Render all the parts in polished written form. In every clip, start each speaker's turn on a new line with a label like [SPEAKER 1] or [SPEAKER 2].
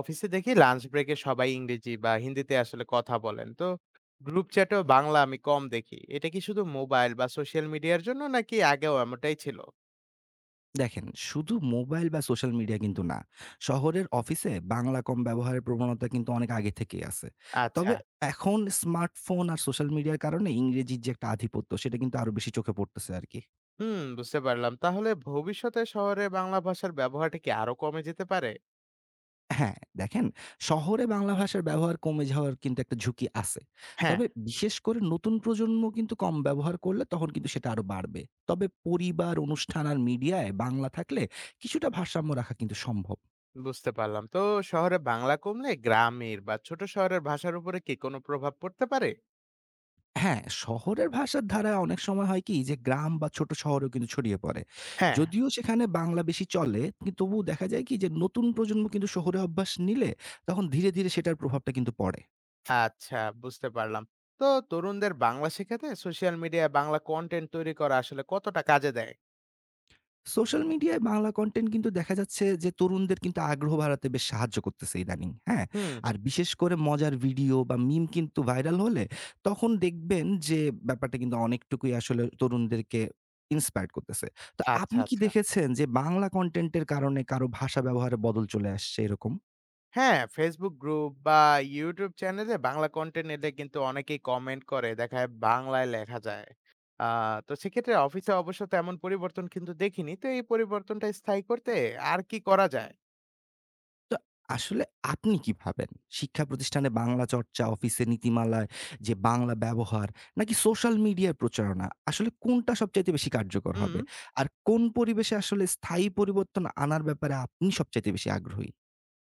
[SPEAKER 1] অফিসে দেখি লাঞ্চ ব্রেকে সবাই ইংরেজি বা হিন্দিতে আসলে কথা বলেন তো। গ্রুপ চ্যাটেও বাংলা আমি কম দেখি। এটা কি শুধু মোবাইল বা সোশ্যাল মিডিয়ার জন্য, নাকি আগেও এমনটাই ছিল?
[SPEAKER 2] দেখেন, শুধু মোবাইল বা সোশ্যাল মিডিয়া কিন্তু না। শহরের অফিসে বাংলা কম ব্যবহারের প্রবণতা কিন্তু অনেক আগে থেকেই আছে।
[SPEAKER 1] আচ্ছা।
[SPEAKER 2] তবে এখন স্মার্টফোন আর সোশ্যাল মিডিয়ার কারণে ইংরেজির যে একটা আধিপত্য, সেটা কিন্তু আরো বেশি চোখে পড়তেছে আর কি।
[SPEAKER 1] হুম, বুঝতে পারলাম। তাহলে ভবিষ্যতে শহরে বাংলা ভাষার ব্যবহারটা কি আরো কমে যেতে পারে?
[SPEAKER 2] হ্যাঁ, দেখেন, শহরে বাংলা ভাষার ব্যবহার কমে যাওয়ার কিন্তু একটা ঝুঁকি আছে।
[SPEAKER 1] হ্যাঁ।
[SPEAKER 2] তবে বিশেষ করে নতুন প্রজন্ম কিন্তু কম ব্যবহার করলে তখন কিন্তু সেটা আরো বাড়বে। তবে পরিবার, অনুষ্ঠান আর মিডিয়ায় বাংলা থাকলে কিছুটা ভারসাম্য রাখা কিন্তু সম্ভব।
[SPEAKER 1] বুঝতে পারলাম। তো শহরে বাংলা কমলে গ্রামের বা ছোট শহরের ভাষার উপরে কি কোনো প্রভাব পড়তে পারে?
[SPEAKER 2] হ্যাঁ, শহরের ভাষার ধারা অনেক সময় হয় কি যে গ্রাম বা ছোট শহরেও কিন্তু ছড়িয়ে পড়ে।
[SPEAKER 1] হ্যাঁ।
[SPEAKER 2] যদিও সেখানে বাংলা বেশি চলে কি, তবুও দেখা যায় কি যে নতুন প্রজন্ম কিন্তু শহুরে অভ্যাস নিলে তখন ধীরে ধীরে সেটার প্রভাবটা কিন্তু পড়ে।
[SPEAKER 1] আচ্ছা, বুঝতে পারলাম। তো তরুণদের বাংলা শেখাতে সোশ্যাল মিডিয়ায় বাংলা কন্টেন্ট তৈরি করা আসলে কতটা কাজে দেয়?
[SPEAKER 2] সোশ্যাল মিডিয়ায় বাংলা কনটেন্ট কিন্তু দেখা যাচ্ছে যে তরুণদের কিন্তু আগ্রহ বাড়াতে বেশ সাহায্য করতেছে ইদানিং। হ্যাঁ?
[SPEAKER 1] হুম।
[SPEAKER 2] আর বিশেষ করে মজার ভিডিও বা মিম কিন্তু ভাইরাল হলে তখন দেখবেন যে ব্যাপারটা কিন্তু অনেকটুকুই আসলে তরুণদেরকে ইন্সপায়ার্ড করতেছে। তো
[SPEAKER 1] আচ্ছা,
[SPEAKER 2] আপনি কি
[SPEAKER 1] আচ্ছা।
[SPEAKER 2] দেখেছেন যে বাংলা কনটেন্ট এর কারণে কারো ভাষা ব্যবহারে বদল চলে আসছে এরকম?
[SPEAKER 1] হ্যাঁ, Facebook গ্রুপ বা YouTube চ্যানেলে বাংলা কনটেন্ট এলে কিন্তু অনেকেই কমেন্ট করে। দেখা যায় বাংলায় লেখা যায়। আ তো সেক্ষেত্রে অফিসে অবশ্য তেমন পরিবর্তন কিন্তু দেখিনি। তো এই পরিবর্তনটা স্থায়ী করতে আর কি করা যায়?
[SPEAKER 2] তো আসলে আপনি কি ভাবেন? শিক্ষা প্রতিষ্ঠানে বাংলা চর্চা, অফিসে নীতিমালায় যে বাংলা ব্যবহার, নাকি সোশ্যাল মিডিয়ার প্রচারণা, আসলে কোনটা সবচাইতে বেশি কার্যকর
[SPEAKER 1] হুম।
[SPEAKER 2] হবে? আর কোন পরিবেশে আসলে স্থায়ী পরিবর্তন আনার ব্যাপারে আপনি সবচাইতে বেশি আগ্রহী?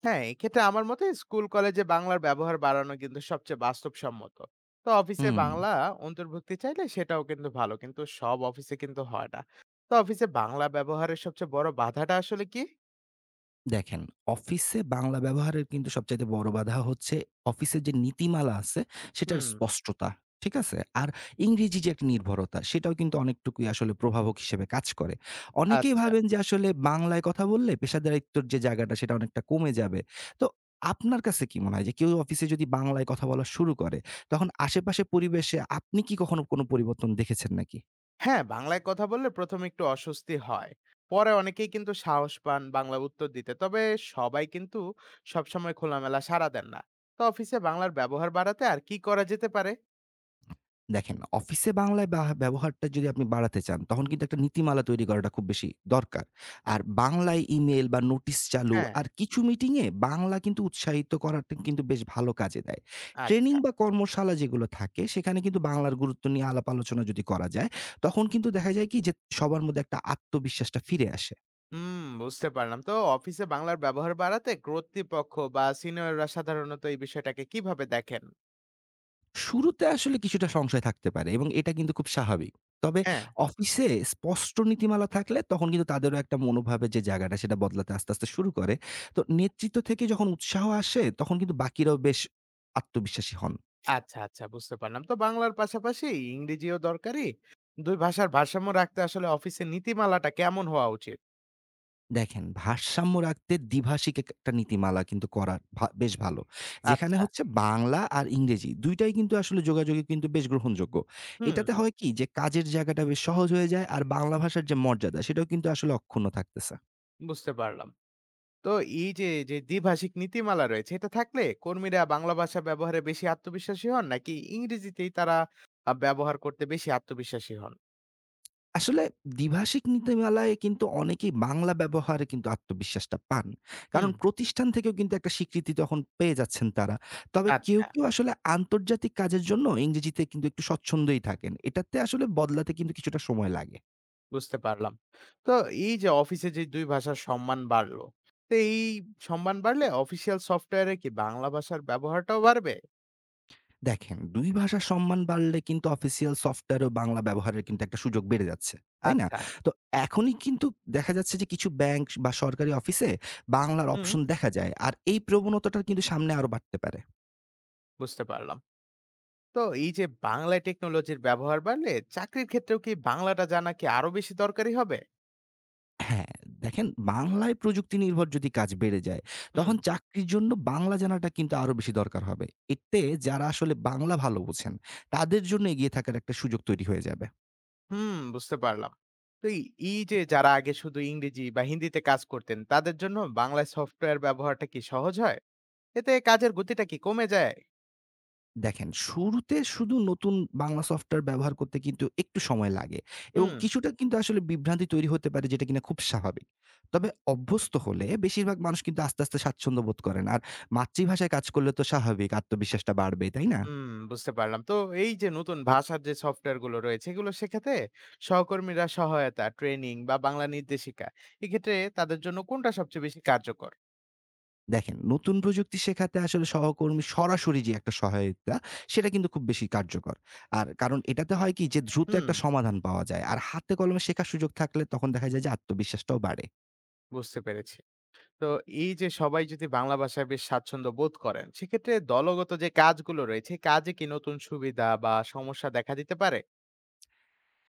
[SPEAKER 1] হ্যাঁ, এক্ষেত্রে আমার মতে স্কুল, কলেজে বাংলার ব্যবহার বাড়ানো কিন্তু সবচেয়ে বাস্তবসম্মত। তো অফিসে
[SPEAKER 2] হুম।
[SPEAKER 1] বাংলা অন্তর্ভুক্তি চাইলে সেটাও কিন্তু ভালো। কিন্তু সব অফিসে কিন্তু হয় না। তো অফিসে বাংলা ব্যবহারের সবচেয়ে বড় বাধাটা আসলে কি?
[SPEAKER 2] দেখেন, অফিসে বাংলা ব্যবহারের কিন্তু সবচাইতে বড় বাধা হচ্ছে অফিসের যে নীতিমালা আছে সেটার
[SPEAKER 1] হুম,
[SPEAKER 2] স্পষ্টতা। ঠিক আছে? আর ইংরেজি যে একটা নির্ভরতা, সেটাও কিন্তু অনেকটুকুই আসলে প্রভাবক হিসেবে কাজ করে। অনেকেই
[SPEAKER 1] আচ্ছা।
[SPEAKER 2] ভাবেন যে আসলে বাংলায় কথা বললে পেশাদারিত্বর যে জায়গাটা সেটা অনেকটা কমে যাবে। তো আপনার কাছে কি মনে হয় যে কেউ অফিসে যদি বাংলায় কথা বলা শুরু করে, তখন আশেপাশের পরিবেশে আপনি কি কখনো কোনো পরিবর্তন দেখেছেন নাকি?
[SPEAKER 1] হ্যাঁ, বাংলায় কথা বললে প্রথম একটু অস্বস্তি হয়। পরে অনেকেই কিন্তু সাহস পান বাংলা উত্তর দিতে। তবে সবাই কিন্তু সবসময় খোলামেলা সাড়া দেন না। তো অফিসে বাংলার ব্যবহার বাড়াতে আর কি করা যেতে পারে?
[SPEAKER 2] দেখেন, অফিসে বাংলায় বাহ ব্যবহারটা যদি আপনি বাড়াতে চান, তখন কিন্তু একটা নীতিমালা তৈরি করাটা খুব বেশি দরকার। আর বাংলায় ইমেইল বা নোটিশ চালু
[SPEAKER 1] হ্যাঁ,
[SPEAKER 2] আর কিছু মিটিংয়ে বাংলা কিন্তু উৎসাহিত করাটা কিন্তু বেশ ভালো কাজে দেয়। ট্রেনিং
[SPEAKER 1] আচ্ছা।
[SPEAKER 2] বা কর্মশালা যেগুলো থাকে, সেখানে কিন্তু বাংলার গুরুত্ব নিয়ে আলাপ আলোচনা যদি করা যায়, তখন কিন্তু দেখা যায় কি যে সবার মধ্যে একটা আত্মবিশ্বাসটা ফিরে আসে।
[SPEAKER 1] হুম, বুঝতে পারলাম। তো অফিসে বাংলার ব্যবহার বাড়াতে কর্তৃপক্ষ বা সিনিয়ররা সাধারণত এই বিষয়টাকে কিভাবে দেখেন?
[SPEAKER 2] শুরুতে আসলে কিছুটা সংশয় থাকতে পারে, এবং এটা কিন্তু খুব স্বাভাবিক। তবে
[SPEAKER 1] হ্যাঁ।
[SPEAKER 2] অফিসে স্পষ্ট নীতিমালা থাকলে তখন কিন্তু তাদেরও একটা মনোভাবের যে জায়গাটা সেটা বদলাতে আস্তে আস্তে শুরু করে। তো নেতৃত্ব থেকে যখন উৎসাহ আসে তখন কিন্তু বাকিরাও বেশ আত্মবিশ্বাসী হন।
[SPEAKER 1] আচ্ছা, আচ্ছা, বুঝতে পারলাম। তো বাংলার পাশাপাশি ইংরেজিও দরকারি। ২ ভাষার ভারসাম্য রাখতে আসলে অফিসের নীতিমালাটা কেমন হওয়া উচিত?
[SPEAKER 2] দেখেন, ভারসাম্য রাখতে দ্বিভাষিক এক একটা নীতিমালা কিন্তু করা ভা বেশ ভালো। যেখানে
[SPEAKER 1] আচ্ছা,
[SPEAKER 2] হচ্ছে বাংলা আর ইংরেজি ২ টাই কিন্তু আসলে যোগাযোগে কিন্তু বেশ গ্রহণযোগ্য।
[SPEAKER 1] হুম।
[SPEAKER 2] এটাতে হয় কি যে কাজের জায়গাটা বেশ সহজ হয়ে যায়, আর বাংলা ভাষার যে মর্যাদা সেটাও কিন্তু আসলে অক্ষুণ্ণ থাকতেছে।
[SPEAKER 1] বুঝতে পারলাম। তো এই যে, যে দ্বিভাষিক নীতিমালা রয়েছে, এটা থাকলে কর্মীরা বাংলা ভাষা ব্যবহারে বেশি আত্মবিশ্বাসী হন, নাকি ইংরেজিতেই তারা ব্যবহার করতে বেশি আত্মবিশ্বাসী হন?
[SPEAKER 2] আসলে দ্বিভাষিক নীতিমালায় কিন্তু অনেকেই বাংলা ব্যবহারে কিন্তু আত্মবিশ্বাসটা পান।
[SPEAKER 1] হুম।
[SPEAKER 2] কারণ প্রতিষ্ঠান থেকেও কিন্তু একটা স্বীকৃতি তখন পেয়ে যাচ্ছেন তারা। তবে কেউ,
[SPEAKER 1] আচ্ছা,
[SPEAKER 2] কেউ আসলে আন্তর্জাতিক কাজের জন্য ইংরেজিতে কিন্তু একটু স্বচ্ছন্দই থাকেন। এটাতে আসলে বদলাতে কিন্তু কিছুটা সময় লাগে।
[SPEAKER 1] বুঝতে পারলাম। তো এই যে অফিসে যে ২ ভাষার সম্মান বাড়লো, তো এই সম্মান বাড়লে অফিসিয়াল সফটওয়্যারে কি বাংলা ভাষার ব্যবহারটাও বাড়বে?
[SPEAKER 2] দেখেন, ২ ভাষার সম্মান বাড়লে কিন্তু অফিসিয়াল সফটওয়্যারেও বাংলা ব্যবহারের কিন্তু একটা সুযোগ বেড়ে যাচ্ছে। তাই না?
[SPEAKER 1] আচ্ছা,
[SPEAKER 2] তো এখনই কিন্তু দেখা যাচ্ছে যে কিছু ব্যাংক বা সরকারি অফিসে বাংলার
[SPEAKER 1] হুম।
[SPEAKER 2] অপশন দেখা যায়। আর এই প্রবণতাটা কিন্তু সামনে আরো বাড়তে পারে।
[SPEAKER 1] বুঝতে পারলাম। তো এই যে বাংলায় টেকনোলজির ব্যবহার বাড়লে চাকরির ক্ষেত্রেও কি বাংলাটা জানা কি আরো বেশি দরকারি হবে?
[SPEAKER 2] হ্যাঁ, দেখেন, বাংলায় প্রযুক্তি নির্ভর যদি কাজ বেড়ে যায়,
[SPEAKER 1] হুম।
[SPEAKER 2] তখন চাকরির জন্য বাংলা জানাটা কিন্তু আরো বেশি দরকার হবে। এতে যারা আসলে বাংলা ভালো বোঝেন, তাদের জন্য এগিয়ে থাকার একটা সুযোগ তৈরি হয়ে যাবে।
[SPEAKER 1] হুম, বুঝতে পারলাম। তো এই এই যে যারা আগে শুধু ইংরেজি বা হিন্দিতে কাজ করতেন, তাদের জন্য বাংলায় সফটওয়্যার ব্যবহারটা কি সহজ হয়? এতে কাজের গতিটা কি কমে যায়?
[SPEAKER 2] দেখেন, শুরুতে শুধু নতুন বাংলা সফটওয়্যার ব্যবহার করতে কিন্তু একটু সময় লাগে, এবং
[SPEAKER 1] হুম,
[SPEAKER 2] কিছুটা কিন্তু আসলে বিভ্রান্তি তৈরি হতে পারে, যেটা কিনা খুব স্বাভাবিক। তবে অভ্যস্ত হলে বেশিরভাগ মানুষ কিন্তু আস্তে আস্তে স্বাচ্ছন্দ্য বোধ করেন। আর মাতৃভাষায় কাজ করলে তো স্বাভাবিক আত্মবিশ্বাসটা বাড়বে, তাই না?
[SPEAKER 1] হুম, বুঝতে পারলাম। তো এই যে নতুন ভাষার যে সফটওয়্যারগুলো রয়েছে, এগুলো শেখাতে সহকর্মীরা সহায়তা, ট্রেনিং বা বাংলা নির্দেশিকা, এক্ষেত্রে তাদের জন্য কোনটা সবচেয়ে বেশি কার্যকর?
[SPEAKER 2] দেখেন, নতুন প্রযুক্তি শেখাতে আসলে সহকর্মী সরাসরি যে একটা সহায়তা, সেটা কিন্তু খুব বেশি কার্যকর। আর কারণ এটাতে হয় কি যে দ্রুত
[SPEAKER 1] হুম,
[SPEAKER 2] একটা সমাধান পাওয়া যায়। আর হাতে কলমে শেখার সুযোগ থাকলে তখন দেখা যায় যে আত্মবিশ্বাসটাও বাড়ে।
[SPEAKER 1] বুঝতে পেরেছি। তো এই যে সবাই যদি বাংলা ভাষায় বেশ স্বাচ্ছন্দ্য বোধ করেন, সেক্ষেত্রে দলগত যে কাজগুলো রয়েছে, এই কাজে কি নতুন সুবিধা বা সমস্যা দেখা দিতে পারে?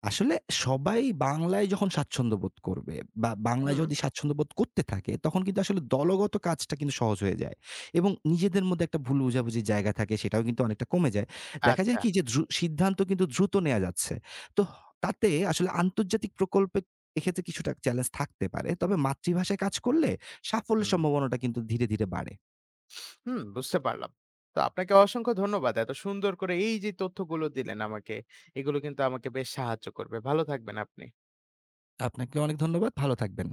[SPEAKER 2] আসলে সবাই বাংলায় যখন স্বাচ্ছন্দ্য বোধ করবে, বা বাংলায়
[SPEAKER 1] হুম।
[SPEAKER 2] যদি স্বাচ্ছন্দ্য বোধ করতে থাকে, তখন কিন্তু আসলে দলগত কাজটা কিন্তু সহজ হয়ে যায়, এবং নিজেদের মধ্যে একটা ভুল বোঝাবুঝির জায়গা থাকে সেটাও কিন্তু অনেকটা কমে যায়। দেখা যায়
[SPEAKER 1] আচ্ছা।
[SPEAKER 2] কি যে সিদ্ধান্ত কিন্তু দ্রুত নেয়া যাচ্ছে। তো হ তাতে আসলে আন্তর্জাতিক প্রকল্পে এক্ষেত্রে কিছুটা চ্যালেঞ্জ থাকতে পারে। তবে মাতৃভাষায় কাজ করলে সাফল্যের
[SPEAKER 1] হুম,
[SPEAKER 2] সম্ভাবনাটা কিন্তু ধীরে ধীরে বাড়ে।
[SPEAKER 1] হুম, বুঝতে পারলাম। তো আপনাকে অসংখ্য ধন্যবাদ। এত সুন্দর করে এই যে তথ্যগুলো দিলেন আমাকে, এগুলো কিন্তু আমাকে বেশ সাহায্য করবে। ভালো থাকবেন আপনি।
[SPEAKER 2] আপনাকে অনেক ধন্যবাদ। ভালো থাকবেন।